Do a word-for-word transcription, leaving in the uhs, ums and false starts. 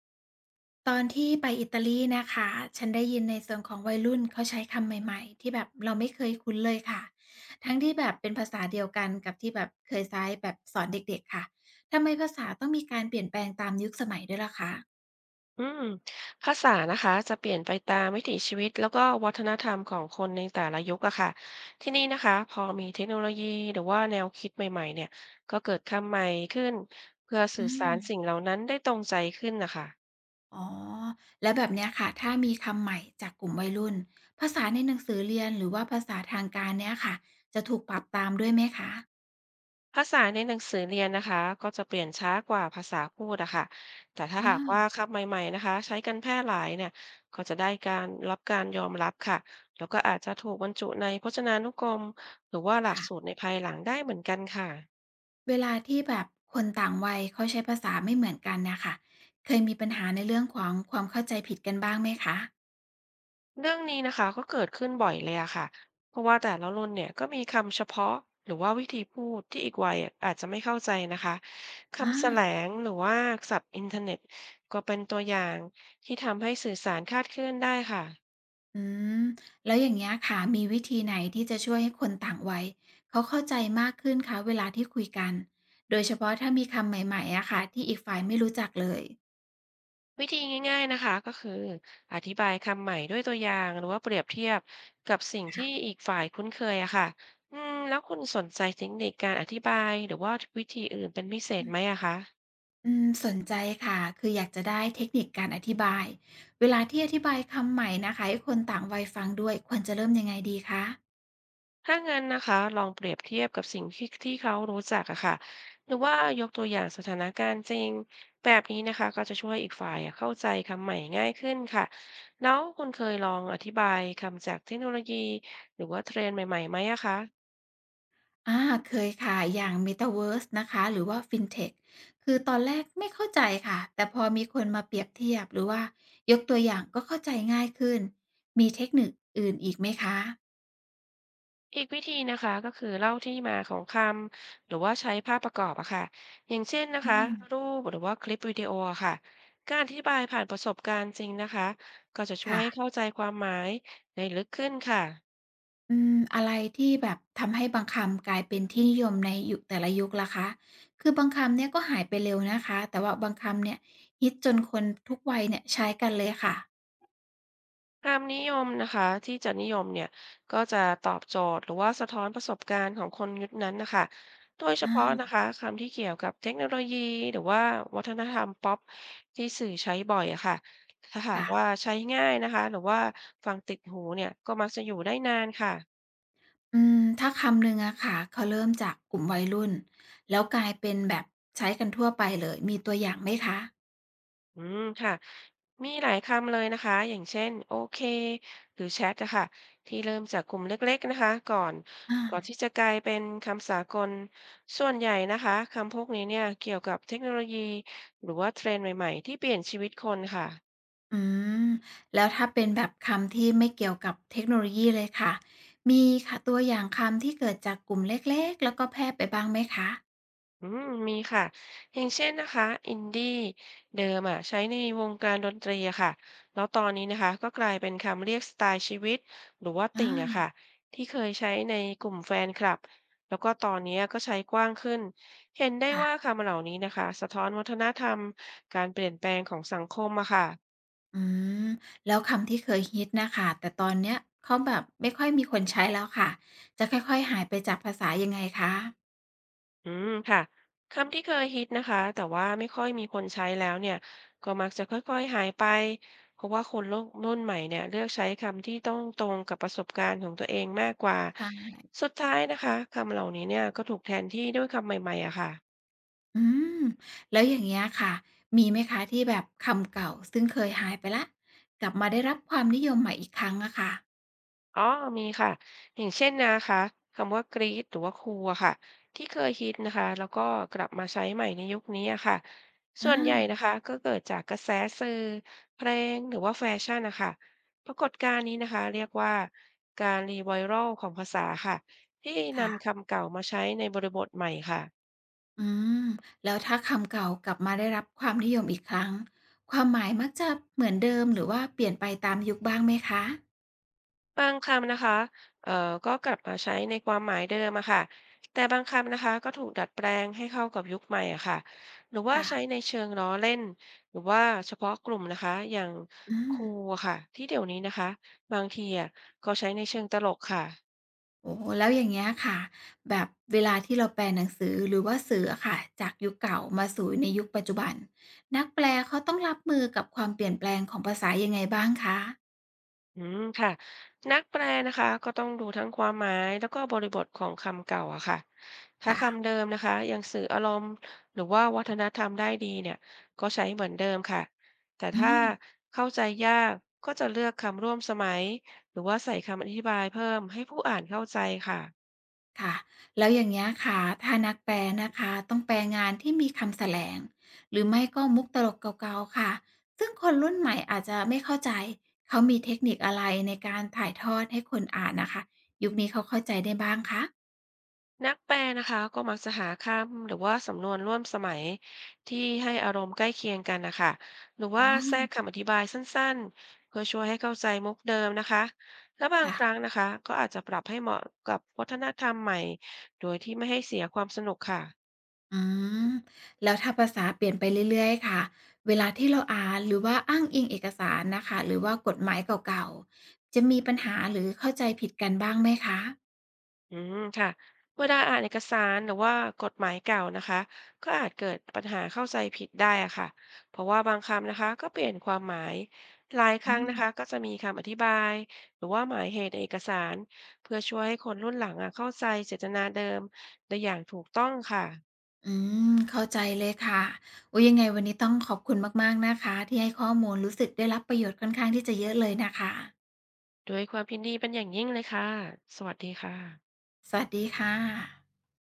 ตอนที่ไปอิตาลีนะคะ ฉันได้ยินในส่วนของวัยรุ่นเขาใช้คำใหม่ๆที่แบบเราไม่เคยคุ้นเลยค่ะ ทั้งที่แบบเป็นภาษาเดียวกันกับที่แบบเคยใช้แบบสอนเด็กๆค่ะ ทำไมภาษาต้องมีการเปลี่ยนแปลงตามยุคสมัยด้วยล่ะคะอืมภาษานะคะจะเปลี่ยนไปตามวิถีชีวิตแล้วก็วัฒนธรรมของคนในแต่ละยุคอะค่ะที่นี่นะคะพอมีเทคโนโลยีหรือว่าแนวคิดใหม่ๆเนี่ยก็เกิดคำใหม่ขึ้นเพื่อสื่อือสามรสิ่งเหล่านั้นได้ตรงใจขึ้นนะคะอ๋อแล้วแบบเนี้ยค่ะ ถ้ามีคำใหม่จากกลุ่มวัยรุ่น ภาษาในหนังสือเรียนหรือว่าภาษาทางการเนี้ยค่ะจะถูกปรับตามด้วยไหมคะภาษาในหนังสือเรียนนะคะก็จะเปลี่ยนช้ากว่าภาษาพูดอะค่ะแต่ถ้าอาหากว่าคำใหม่ๆนะคะใช้กันแพร่หลายเนี่ยก็จะได้การรับการยอมรับค่ะแล้วก็อาจจะถูกบรรจุในพจนานุกรมหรือว่าหลักค่ะ สูตรในภายหลังได้เหมือนกันค่ะ เวลาที่แบบคนต่างวัยเขาใช้ภาษาไม่เหมือนกันน่ะค่ะเคยมีปัญหาในเรื่องของความเข้าใจผิดกันบ้างไหมคะเรื่องนี้นะคะก็เกิดขึ้นบ่อยเลยอะค่ะเพราะว่าแต่ละรุ่นเนี่ยก็มีคำเฉพาะหรือว่าวิธีพูดที่อีกวัยอะอาจจะไม่เข้าใจนะคะอาคำแสลงหรือว่าศัพท์อินเทอร์เน็ตก็เป็นตัวอย่างที่ทำให้สื่อสารคลาดเคลื่อนได้ค่ะอืมแล้วอย่างเงี้ยค่ะมีวิธีไหนที่จะช่วยให้คนต่างวัยเขาเข้าใจมากขึ้นคะเวลาที่คุยกันโดยเฉพาะถ้ามีคำใหม่ๆอะค่ะที่อีกฝ่ายไม่รู้จักเลยวิธีง่ายๆนะคะก็คืออธิบายคำใหม่ด้วยตัวอย่างหรือว่าเปรียบเทียบกับสิ่งที่ค่ะอีกฝ่ายคุ้นเคยอะค่ะอืมแล้วคุณสนใจเทคนิคการอธิบายหรือว่าวิธีอื่นเป็นพิเศษอืมไหมอะคะ อืมสนใจค่ะคืออยากจะได้เทคนิคการอธิบายเวลาที่อธิบายคำใหม่นะคะให้คนต่างวัยฟังด้วยควรจะเริ่มยังไงดีคะ ถ้างั้นนะคะลองเปรียบเทียบกับสิ่งที่ที่เขารู้จักอะค่ะหรือว่ายกตัวอย่างสถานการณ์จริงแบบนี้นะคะก็จะช่วยอีกฝ่ายอะเข้าใจคำใหม่ง่ายขึ้นค่ะแล้วคุณเคยลองอธิบายคำจากเทคโนโลยีหรือว่าเทรนด์ใหม่ๆไหมอะคะอาเคยค่ะอย่าง เมตาเวิร์ส นะคะหรือว่า ฟินเทค คือตอนแรกไม่เข้าใจค่ะแต่พอมีคนมาเปรียบเทียบหรือว่ายกตัวอย่างก็เข้าใจง่ายขึ้นมีเทคนิคอื่นอีกไหมคะอีกวิธีนะคะก็คือเล่าที่มาของคำหรือว่าใช้ภาพประกอบอะค่ะอย่างเช่นนะอืคะมรูปหรือว่าคลิปวิดีโออะค่ะการอธิบายผ่านประสบการณ์จริงนะคะก็จะช่วยค่ะให้เข้าใจความหมายได้ลึกขึ้นค่ะ อืมอะไรที่แบบทำให้บางคำกลายเป็นที่นิยมในยุคแต่ละยุคล่ะคะคือบางคำเนี่ยก็หายไปเร็วนะคะแต่ว่าบางคำเนี่ยฮิตจนคนทุกวัยเนี่ยใช้กันเลยค่ะความนิยมนะคะที่จะนิยมเนี่ยก็จะตอบโจทย์หรือว่าสะท้อนประสบการณ์ของคนยุคนั้นนะคะโดยเฉพาะนะอาคะคำที่เกี่ยวกับเทคโนโลยีหรือว่าวัฒนธรรมป๊อปที่สื่อใช้บ่อยอะค่ะถ้าหากค่ะ ว่าใช้ง่ายนะคะหรือว่าฟังติดหูเนี่ยก็มักจะอยู่ได้นานค่ะ อืมถ้าคำหนึ่งอะค่ะเขาเริ่มจากกลุ่มวัยรุ่นแล้วกลายเป็นแบบใช้กันทั่วไปเลยมีตัวอย่างไหมคะอืมค่ะมีหลายคำเลยนะคะอย่างเช่นโอเคหรือแชทอะค่ะที่เริ่มจากกลุ่มเล็กๆนะคะก่อนอาก่อนที่จะกลายเป็นคำสากลส่วนใหญ่นะคะคำพวกนี้เนี่ยเกี่ยวกับเทคโนโลยีหรือว่าเทรนด์ใหม่ๆที่เปลี่ยนชีวิตคนค่ะ อืมแล้วถ้าเป็นแบบคำที่ไม่เกี่ยวกับเทคโนโลยีเลยค่ะมีค่ะตัวอย่างคำที่เกิดจากกลุ่มเล็กๆแล้วก็แพร่ไปบ้างไหมคะอืมมีค่ะอย่างเช่นนะคะอินดี้เดิมอ่ะใช้ในวงการดนตรีอะค่ะแล้วตอนนี้นะคะก็กลายเป็นคำเรียกสไตล์ชีวิตหรือว่าอาติ่งอะค่ะที่เคยใช้ในกลุ่มแฟนคลับแล้วก็ตอนนี้ก็ใช้กว้างขึ้นเห็นได้ว่าค่ะคำเหล่านี้นะคะสะท้อนวัฒนธรรมการเปลี่ยนแปลงของสังคมอะค่ะ อืมแล้วคำที่เคยฮิตน่ะค่ะแต่ตอนเนี้ยเขาแบบไม่ค่อยมีคนใช้แล้วค่ะจะค่อยๆหายไปจากภาษายังไงคะอืมค่ะคำที่เคยฮิตนะคะแต่ว่าไม่ค่อยมีคนใช้แล้วเนี่ยก็มักจะค่อยๆหายไปเพราะว่าคนโลกรุ่นใหม่เนี่ยเลือกใช้คำที่ต้องตรงกับประสบการณ์ของตัวเองมากกว่าใช่ สุดท้ายนะคะคำเหล่านี้เนี่ยก็ถูกแทนที่ด้วยคำใหม่ๆอะค่ะ อืมแล้วอย่างเงี้ยค่ะมีไหมคะที่แบบคำเก่าซึ่งเคยหายไปละกลับมาได้รับความนิยมใหม่อีกครั้งอะค่ะอ๋อมีค่ะอย่างเช่นนะคะคำว่ากรีดหรือว่าครูลอะค่ะที่เคยฮิตนะคะแล้วก็กลับมาใช้ใหม่ในยุคนี้อะค่ะส่อาวนใหญ่นะคะก็เกิดจากกระแสสื่อเพลงหรือว่าแฟชั่นนะคะปรากฏการณ์นี้นะคะเรียกว่าการรีไวรัลของภาษาค่ะที่ค่ะนำคำเก่ามาใช้ในบริบทใหม่ค่ะ อืมแล้วถ้าคำเก่ากลับมาได้รับความนิยมอีกครั้งความหมายมักจะเหมือนเดิมหรือว่าเปลี่ยนไปตามยุคบ้างไหมคะบางคำนะคะเอ่อก็กลับมาใช้ในความหมายเดิมอะค่ะแต่บางคำนะคะก็ถูกดัดแปลงให้เข้ากับยุคใหม่อะค่ะหรือว่าค่ะใช้ในเชิงล้อเล่น หรือว่าเฉพาะกลุ่มนะคะอย่างอืคมรูอะค่ะที่เดี๋ยวนี้นะคะบางทีอะก็ใช้ในเชิงตลกค่ะ โอ้โฮแล้วอย่างเงี้ยค่ะแบบเวลาที่เราแปลหนังสือหรือว่าสื่ออะค่ะจากยุคเก่ามาสู่ในยุคปัจจุบันนักแปลเขาต้องรับมือกับความเปลี่ยนแปลงของภาษายังไงบ้างคะ อืมค่ะนักแปลนะคะก็ต้องดูทั้งความหมายแล้วก็บริบทของคำเก่าอะค่ะถ้าค่ะ คำเดิมนะคะยังสื่ออารมณ์หรือว่าวัฒนธรรมได้ดีเนี่ยก็ใช้เหมือนเดิมค่ะแต่อืถ้ามเข้าใจยากก็จะเลือกคำร่วมสมัยหรือว่าใส่คำอธิบายเพิ่มให้ผู้อ่านเข้าใจค่ะ ค่ะแล้วอย่างเงี้ยค่ะ ถ้านักแปลนะคะ ต้องแปลงานที่มีคำแสลง หรือไม่ก็มุกตลกเก่าๆค่ะ ซึ่งคนรุ่นใหม่อาจจะไม่เข้าใจ เขามีเทคนิคอะไรในการถ่ายทอดให้คนอ่านนะคะยุคนี้เขาเข้าใจได้บ้างคะนักแปลนะคะก็มักจะหาคำหรือว่าสำนวนร่วมสมัยที่ให้อารมณ์ใกล้เคียงกันนะคะหรืออ๋ว่าแทรกอคำอธิบายสั้นๆเพื่อช่วยให้เข้าใจมุกเดิมนะคะและบางค่ะ ครั้งนะคะก็อาจจะปรับให้เหมาะกับวัฒนธรรมใหม่โดยที่ไม่ให้เสียความสนุกค่ะ อืมแล้วถ้าภาษาเปลี่ยนไปเรื่อยๆค่ะเวลาที่เราอ่านหรือว่าอ้างอิงเอกสารนะคะหรือว่ากฎหมายเก่าๆจะมีปัญหาหรือเข้าใจผิดกันบ้างไหมคะอืมค่ะเวลาอ่านเอกสารหรือว่ากฎหมายเก่านะคะก็อาจเกิดปัญหาเข้าใจผิดได้อะค่ะเพราะว่าบางคำนะคะก็เปลี่ยนความหมายหลายคอืรั้งนะม คะก็จะมีคำอธิบายหรือว่าหมายเหตุในเอกสารเพื่อช่วยให้คนรุ่นหลังอะเข้าใจเจตนาเดิมได้อย่างถูกต้องค่ะอืมเข้าใจเลยค่ะโอุยยังไงวันนี้ต้องขอบคุณมากๆนะคะที่ให้ข้อมูลรู้สึกได้รับประโยชน์ค่อนข้างที่จะเยอะเลยนะคะด้วยความยินดีเป็นอย่างยิ่งเลยค่ะสวัสดีค่ะสวัสดีค่ะ